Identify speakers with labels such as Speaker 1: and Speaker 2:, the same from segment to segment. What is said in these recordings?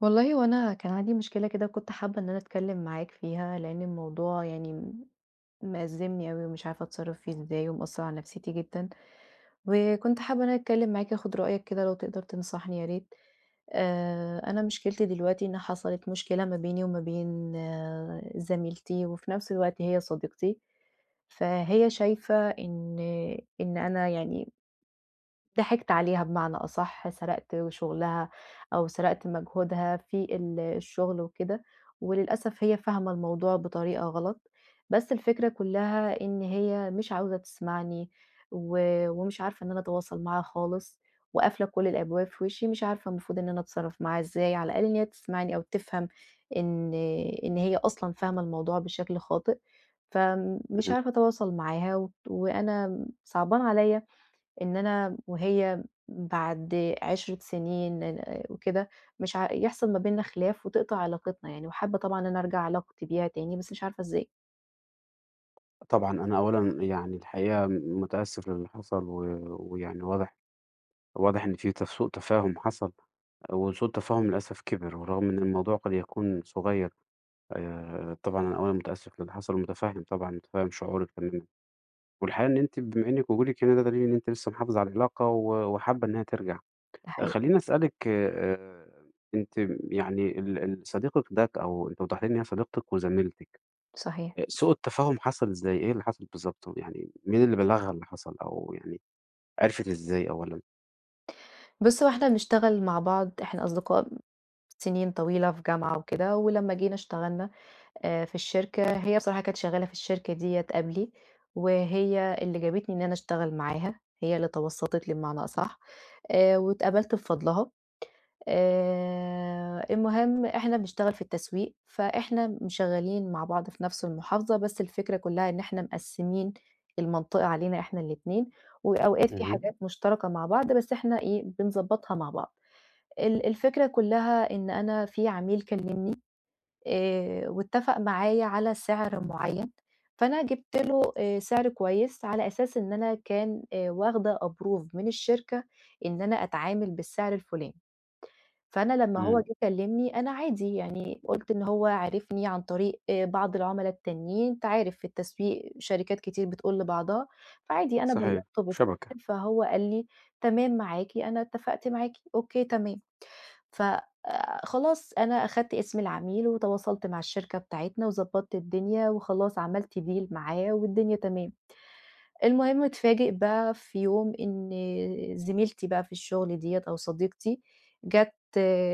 Speaker 1: والله هو أنا كان عندي مشكلة كده، وكنت حابة إن أنا أتكلم معاك فيها، لأن الموضوع يعني مأزّمني أوي ومش عارفة أتصرّف فيه إزاي، ومأثّر على نفسيتي جدًا. وكنت حابة إن أنا أتكلم معاك آخُد رأيك كده، لو تقدر تنصحني يا ريت. أنا مشكلتي دلوقتي إن حصلت مشكلة ما بيني وما بين زميلتي، وفي نفس الوقت هي صديقتي. فهي شايفة إن أنا يعني ضحكت عليها، بمعنى أصح، سرقت شغلها أو سرقت مجهودها في الشغل وكده. وللأسف هي فاهمة الموضوع بطريقة غلط، بس الفكرة كلّها إن هي مش عاوزة تسمعني، و ومش عارفة إن أنا أتواصل معاها خالص، وقافلة كل الأبواب في وشّي. مش عارفة المفروض إن أنا أتصرّف معاها إزاي، على الأقل إن هي تسمعني أو تفهم إن إن هي أصلًا فاهمة الموضوع بشكل خاطئ. فمش
Speaker 2: اهم.
Speaker 1: عارفة أتواصل معاها وأنا صعبان عليَّ. إن أنا وهي بعد 10 سنين وكده، مش يحصل ما بيننا خلاف وتقطع علاقتنا يعني. وحابة طبعًا إن أنا أرجع علاقتي بيها تاني، بس مش عارفة إزاي.
Speaker 2: طبعًا أنا أولًا يعني الحقيقة متأسف للي حصل ويعني واضح إن في سوء تفاهم حصل، وسوء التفاهم للأسف كِبِر، ورغم إن الموضوع قد يكون صغير طبعًا أنا أولًا متأسف للي حصل ومتفهم طبعًا شعورِك تمامًا، والحقيقة إن أنتِ بما إنِّك وجودِك هنا ده دليل إن أنتِ لسه محافظة على العلاقة وحابة إنها ترجع.
Speaker 1: ده
Speaker 2: آه،
Speaker 1: حقيقي.
Speaker 2: خلّيني أسألِك، أنتِ يعني ال ال صديقِك ده، أو أنتِ وضحتِ لي إن هي صديقتِك وزميلتِك،
Speaker 1: صحيح.
Speaker 2: سوء التفاهم حصل إزاي؟ إيه اللي حصل بالضبط؟ يعني مين اللي بلّغها اللي حصل أو يعني عرفت إزاي أولًا؟
Speaker 1: بُص، هو إحنا بنشتغل مع بعض، إحنا أصدقاء سنين طويلة في جامعة وكده، ولمّا جينا اشتغلنا في الشركة، هي بصراحة كانت شغالة في الشركة ديّة قبلي، وهي اللي جابتني إن أنا أشتغل معاها، هي اللي توسّطت لي بمعنى أصح، واتقبلت بفضلها. المهم إحنا بنشتغل في التسويق، فإحنا شغالين مع بعض في نفس المحافظة، بس الفكرة كلّها إن إحنا مقسّمين المنطقة علينا إحنا الاتنين، وأوقات في
Speaker 2: اهم،
Speaker 1: حاجات مشتركة مع بعض، بس إحنا إيه، بنضبّطها مع بعض. الفكرة كلّها إن أنا في عميل كلّمني، واتّفق معايا على سعر معيّن. فأنا جِبت له سعر كويس، على أساس إن أنا كان واخدة approve من الشركة إن أنا أتعامل بالسعر الفُلاني. فأنا لمّا هو
Speaker 2: إمم.
Speaker 1: جه كلّمني، أنا عادي يعني قُلت إن هو عرفني عن طريق بعض العُملا التانيين، أنت عارف في التسويق شركات كتير بتقول لبعضها. فعادي أنا
Speaker 2: صحيح،
Speaker 1: بلّغته بالسر.
Speaker 2: شبكة،
Speaker 1: فهو قال لي: "تمام معاكِ، أنا اتفقت معاكِ." "أوكي تمام." ف خلاص أنا أخدت اسم العميل، وتواصلت مع الشركة بتاعتنا، وضبّطت الدنيا، وخلاص عملت deal معاه، والدنيا تمام. المهم اتفاجئ بقى في يوم إن زميلتي بقى في الشغل ديّة أو صديقتي جات،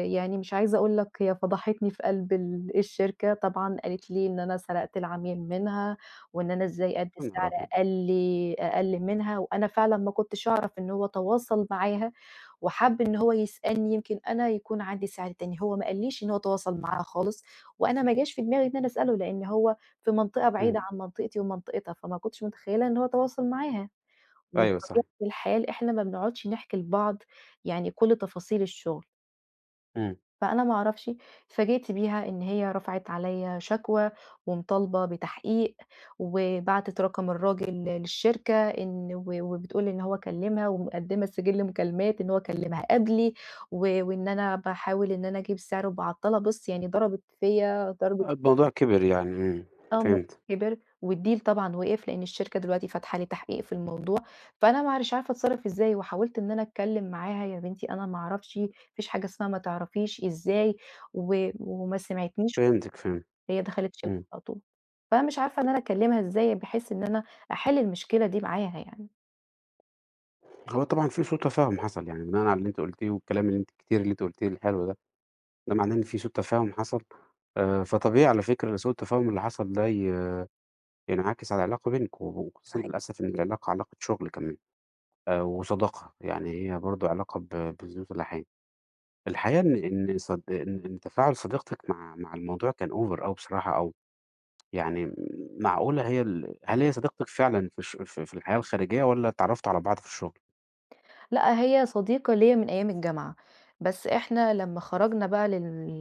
Speaker 1: يعني مش عايزة أقول لك، هي فضحتني في قلب الشركة. طبعًا قالت لي إن أنا سرقت العميل منها، وإن أنا إزاي أدّي
Speaker 2: يا نهار
Speaker 1: سعر
Speaker 2: أبيض!
Speaker 1: أقل أقل منها. وأنا فعلًا ما كنتش أعرف إن هو تواصل معاها، وحَب إن هو يسألني يمكن أنا يكون عندي سِعر تاني. هو ما قاليش إن هو تواصل معاها خالص، وأنا ما جاش في دماغي إن أنا أسأله، لإن هو في منطقة
Speaker 2: إمم.
Speaker 1: بعيدة عن منطقتي ومنطقتها، فما كنتش متخيلة إن هو تواصل معاها.
Speaker 2: أيوه،
Speaker 1: وبطبيعة
Speaker 2: صحيح.
Speaker 1: الحال إحنا ما بنقعدش نحكي لبعض يعني كل تفاصيل الشغل.
Speaker 2: إمم.
Speaker 1: فأنا ما أعرفش، اتفاجئت بيها إن هي رفعت عليَّ شكوى ومطالبة بتحقيق، وبعتت رقم الراجل للشركة، إن و وبتقول إن هو كلمها، ومقدِّمة سجل مكالمات إن هو كلمها قبلي، وإن أنا باحاول إن أنا أجيب سعر وباعطّلها. بُص يعني ضربت فيَّ ضرب
Speaker 2: الموضوع كبر يعني، إمم،
Speaker 1: آه، م
Speaker 2: فهمت،
Speaker 1: كبر. والdeal طبعًا وقف، لإن الشركة دلوقتي فاتحة لي تحقيق في الموضوع. فأنا معلش عارفة أتصرّف إزاي، وحاولت إن أنا أتكلّم معاها، يا بنتي أنا ما أعرفش، ما فيش حاجة اسمها ما تعرفيش إزاي، وما سمعتنيش.
Speaker 2: فهمتِك، فهمت.
Speaker 1: هي دخلت شِبِت
Speaker 2: إمم.
Speaker 1: على طول. فأنا مش عارفة إن أنا أكلّمها إزاي، بحيث إن أنا أحِل المشكلة دي معاها يعني.
Speaker 2: هو طبعًا في سوء تفاهم حصل، يعني بناءً على اللي أنتِ قُلتيه والكلام اللي أنتِ الكتير اللي أنتِ قُلتيه الحلو ده، ده معناه إن في سوء تفاهم حصل، فطبيعي على فكرة إن سوء التفاهم اللي حصل ده ينعكس على العلاقة بينكم، وخصوصًا للأسف إن العلاقة علاقة شغل كمان، وصداقة، يعني هي برضه علاقة بذات اللحام. الحقيقة إن إن صد إن إن تفاعل صديقتِك مع الموضوع كان over أوي بصراحة، أو يعني معقولة هي ال هل هي صديقتِك فعلًا في الش في في الحياة الخارجية والّا اتعرّفتوا على بعض في الشغل؟
Speaker 1: لأ، هي صديقة ليّا من أيام الجامعة، بس إحنا لمّا خرجنا بقى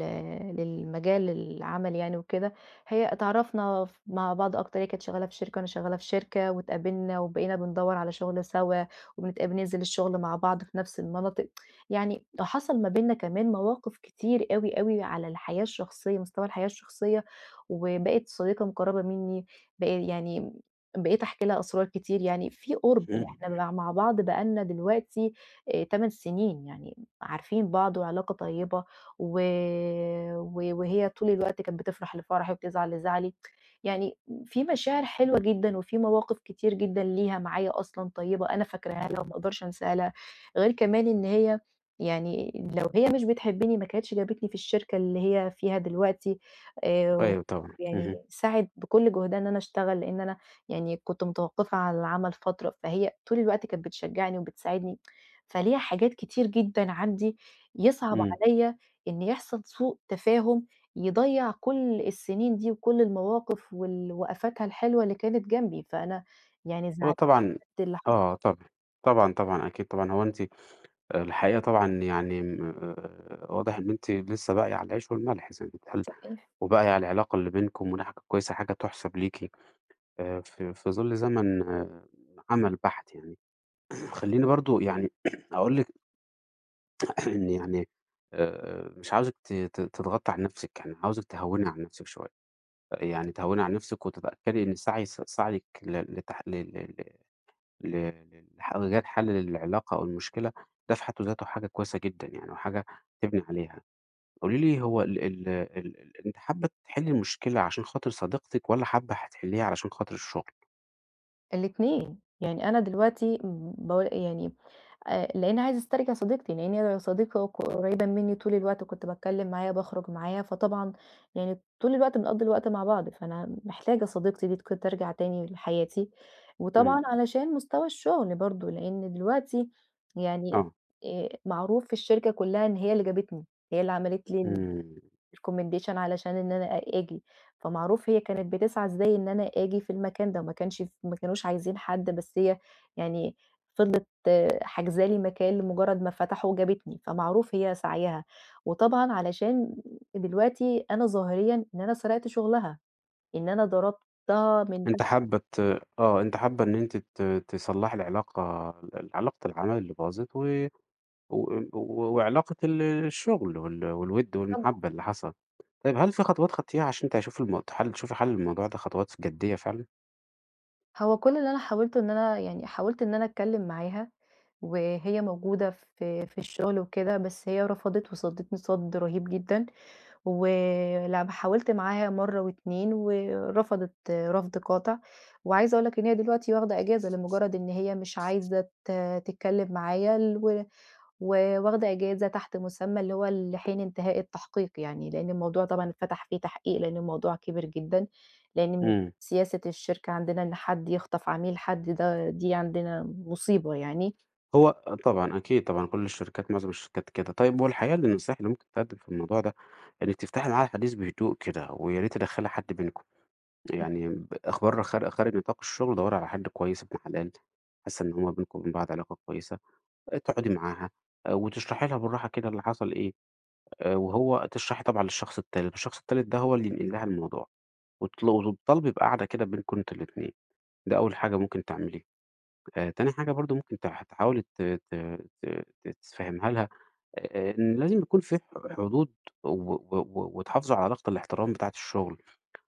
Speaker 1: للمجال العملي يعني وكده، هي اتعرّفنا مع بعض أكتر. هي كانت شغّالة في شركة وأنا شغّالة في شركة، واتقابلنا، وبقينا بندوّر على شُغل سوا، ننزل الشُغل مع بعض في نفس المناطق. يعني حصل ما بيننا كمان مواقف كتير أوي، أوي على الحياة الشخصية مستوى الحياة الشخصية، وبقت صديقة مُقرّبة منّي. يعني بقيت أحكي لها أسرار كتير، يعني في قُرب.
Speaker 2: إمم،
Speaker 1: إحنا بقى مع بعض بقى لنا دلوقتي 8 سنين، يعني عارفين بعض وعلاقة طيبة، و و وهي طول الوقت كانت بتفرح لفرحي وبتزعل لزعلي. يعني في مشاعر حلوة جدًا، وفي مواقف كتير جدًا ليها معايا أصلًا طيبة أنا فاكراها لها وما أقدرش أنساها لها. غير كمان إن هي يعني لو هي مش بتحبني ما كانتش جابتني في الشركة اللي هي فيها دلوقتي آآ،
Speaker 2: أيوه طبعًا،
Speaker 1: ويعني
Speaker 2: اهم،
Speaker 1: سعِت بكل جهدها إن أنا أشتغل، لإن أنا يعني كنت متوقّفة عن العمل فترة، فهي طول الوقت كانت بتشجّعني وبتساعدني. فليها حاجات كتير جدًا عندي، يصعب
Speaker 2: إمم.
Speaker 1: عليّا إن يحصل سوء تفاهم يضيّع كل السنين دي وكل المواقف وقفاتها الحلوة اللي كانت جنبي. فأنا يعني
Speaker 2: هو
Speaker 1: زعلانة
Speaker 2: طبعًا
Speaker 1: بجد اللي حصل.
Speaker 2: آه طبعًا، طبعًا، طبعًا أكيد طبعًا. هو أنتِ الحقيقة طبعًا يعني م واضح إن أنتِ لسه باقية على العيش والملح زي ما بيتقال،
Speaker 1: صحيح.
Speaker 2: وباقية على العلاقة اللي بينكم والعلاقة كويسة، حاجة تُحسَب ليكِ في ظِل زمن عمل بَحت يعني. خلّيني برضه يعني أقول لِك إن يعني مش عاوزِك ت ت تضغطي على نَفْسِك، يعني عاوزِك تهوّني على نَفْسِك شوية. يعني تهوّني على نَفْسِك وتتأكدي إن سعيِك ل لتح ل ل ل ل لح إيجاد حَل للعلاقة أو المشكلة، ده في حد ذاته حاجة كويسة جدًا، يعني وحاجة تبني عليها. قولي لي، هو ال ال ال ال أنتِ حابّة تحلّي المشكلة عشان خاطر صديقتِك والّا حابّة هتحلّيها علشان خاطر الشُغل؟
Speaker 1: الاتنين، يعني أنا دلوقتي يعني لإني عايزة أسترجع صديقتي، لإن هي صديقة قريبة منّي طول الوقت، وكنت باتكلّم معاها، باخرج معاها، فطبعًا يعني طول الوقت بنقضّي الوقت مع بعض. فأنا محتاجة صديقتي دي ترجع تاني لحياتي.
Speaker 2: إمم،
Speaker 1: وطبعًا علشان مستوى الشغل برضه، لإن دلوقتي يعني
Speaker 2: آه.
Speaker 1: معروف في الشركة كلّها إن هي اللي جابتني، هي اللي عملت لي ال
Speaker 2: إمم.
Speaker 1: recommendation علشان إن أنا آجي. فمعروف هي كانت بتسعى إزاي إن أنا آجي في المكان ده، ما كانوش عايزين حد، بس هي يعني فضلت حاجزة لي مكان، لمجرد ما فتحوا جابتني، فمعروف هي سعيها. وطبعًا علشان دلوقتي أنا ظاهريًا إن أنا سرقت شغلها، إن أنا ضربتها من تحت.
Speaker 2: أنتِ حابة ت أنتِ حابة إن أنتِ تصلّحي العلاقة، علاقة العمل اللي باظت و و و- وعلاقة الشغل والوِد والمحبة اللي حصل. طيب، هل في خطوات خدتيها عشان تشوفي الم حل تشوفي حل للموضوع ده، خطوات جدية فعلًا؟
Speaker 1: هو كل اللي أنا حاولته إن أنا يعني حاولت إن أنا أتكلم معاها وهي موجودة في الشغل وكده، بس هي رفضِت وصدِّتني صَد رهيب جدًا. ولمّا حاولت معاها مرّة و2، ورفضِت رفض قاطع. وعايزة أقول لك إن هي دلوقتي واخدة إجازة، لمجرد إن هي مش عايزة تتكلم معايا، و واخدة إجازة تحت مسمى اللي هو لحين انتهاء التحقيق يعني، لإن الموضوع طبعًا اتفتح فيه تحقيق، لإن الموضوع كبير جدًا، لإن من
Speaker 2: إمم.
Speaker 1: سياسة الشركة عندنا إن حد يخطف عميل حد دي عندنا مصيبة يعني.
Speaker 2: هو طبعًا أكيد طبعًا، كل الشركات معظم الشركات كده. طيب، والحقيقة إن النصايح اللي ممكن تتقدم في الموضوع ده، إنِّك تفتحي معاها الحديث بهدوء كده، ويا ريت تدخّلي حد بينكم. يعني أخبار خارج نطاق الشغل، دَوّري على حد كويس ابن حلال، حاسة إن هو بينكم وبين بعض علاقة كويسة. تقعدي معاها، وتشرحي لها بالراحة كده اللي حصل إيه، وهو تشرحي طبعًا للشخص التالت، والشخص التالت ده هو اللي ينقل لها الموضوع، وتطالبي بقعدة كده بينكم أنتم الاتنين، ده أول حاجة ممكن تعمليها. تاني حاجة برضه، ممكن تحاولي ت ت ت تفهميها لها، إن لازم يكون في حدود، و و و وتحافظوا على علاقة الاحترام بتاعة الشغل،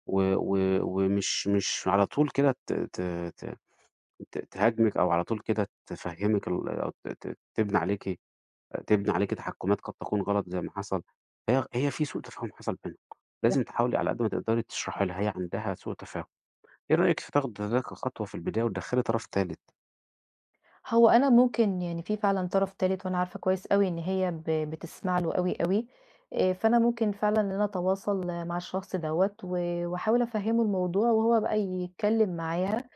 Speaker 2: و و ومش مش على طول كده ت ت ت ت تهاجمِك، أو على طول كده تفهمِك أو ت ت تبني عليكِ. تبني عليكِ تحكُّمات قد تكون غلط زي ما حصل، هي في سوء تفاهم حصل بينكم،
Speaker 1: إمم.
Speaker 2: لازم تحاولي على قد ما تقدري تشرحي لها هي عندها سوء تفاهم. إيه رأيِك في تاخدي ذلك خطوة في البداية وتدخّلي طرف تالت؟
Speaker 1: هو أنا ممكن، يعني في فعلًا طرف تالت، وأنا عارفة كويس أوي إن هي بتسمع له أوي، أوي. فأنا ممكن فعلًا إن أنا أتواصل مع الشخص دوّة، وأحاول أفهّمه الموضوع، وهو بقى يتكلم معاها،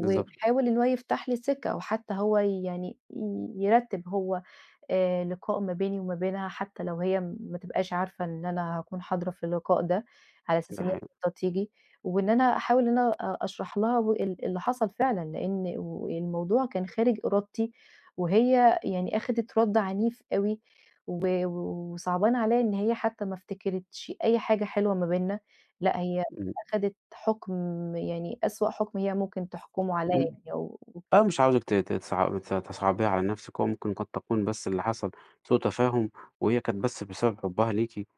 Speaker 2: بالضبط،
Speaker 1: إن هو يفتح لي سِكة، أو حتى هو يعني يرتّب هو لقاء ما بيني وما بينها، حتى لو هي ما تبقاش عارفة إن أنا هاكون حاضرة في اللقاء ده، على أساس
Speaker 2: ده
Speaker 1: إن هي
Speaker 2: حقيقي،
Speaker 1: خطّة تيجي، وإن أنا أحاول إن أنا أشرح لها و ال اللي حصل فعلًا، والموضوع كان خارج إرادتي. وهي يعني أخدت رَد عنيف أوي، وصعبان عليّا إن هي حتى ما افتكرتش أي حاجة حلوة ما بيننا. لأ، هي
Speaker 2: إمم،
Speaker 1: أخدت حُكم، يعني أسوأ حُكم هي ممكن تحكمه عليّا
Speaker 2: إمم،
Speaker 1: يعني.
Speaker 2: آه. مش عاوزِك ت ت تصع ت تصعبيها على نفسِك، هو ممكن قد تكون بس اللي حصل سوء تفاهم، وهي كانت بس بسبب حُبّها ليكِ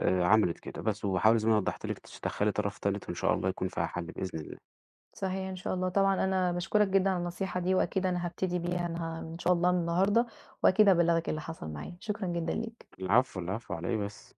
Speaker 2: عملت كده بس، وحاولي زي ما أنا وضّحت لِك تدخّلي طرف تالت، وإن شاء الله يكون فيها حل بإذن الله.
Speaker 1: صحيح إن شاء الله. طبعًا أنا باشكرك جدًا على النصيحة دي، وأكيد أنا هابتدي بيها أنا إن شاء الله من النهارده، وأكيد هابلّغك اللي حصل معايا. شكرًا جدًا ليك.
Speaker 2: العفو، العفو على إيه بس.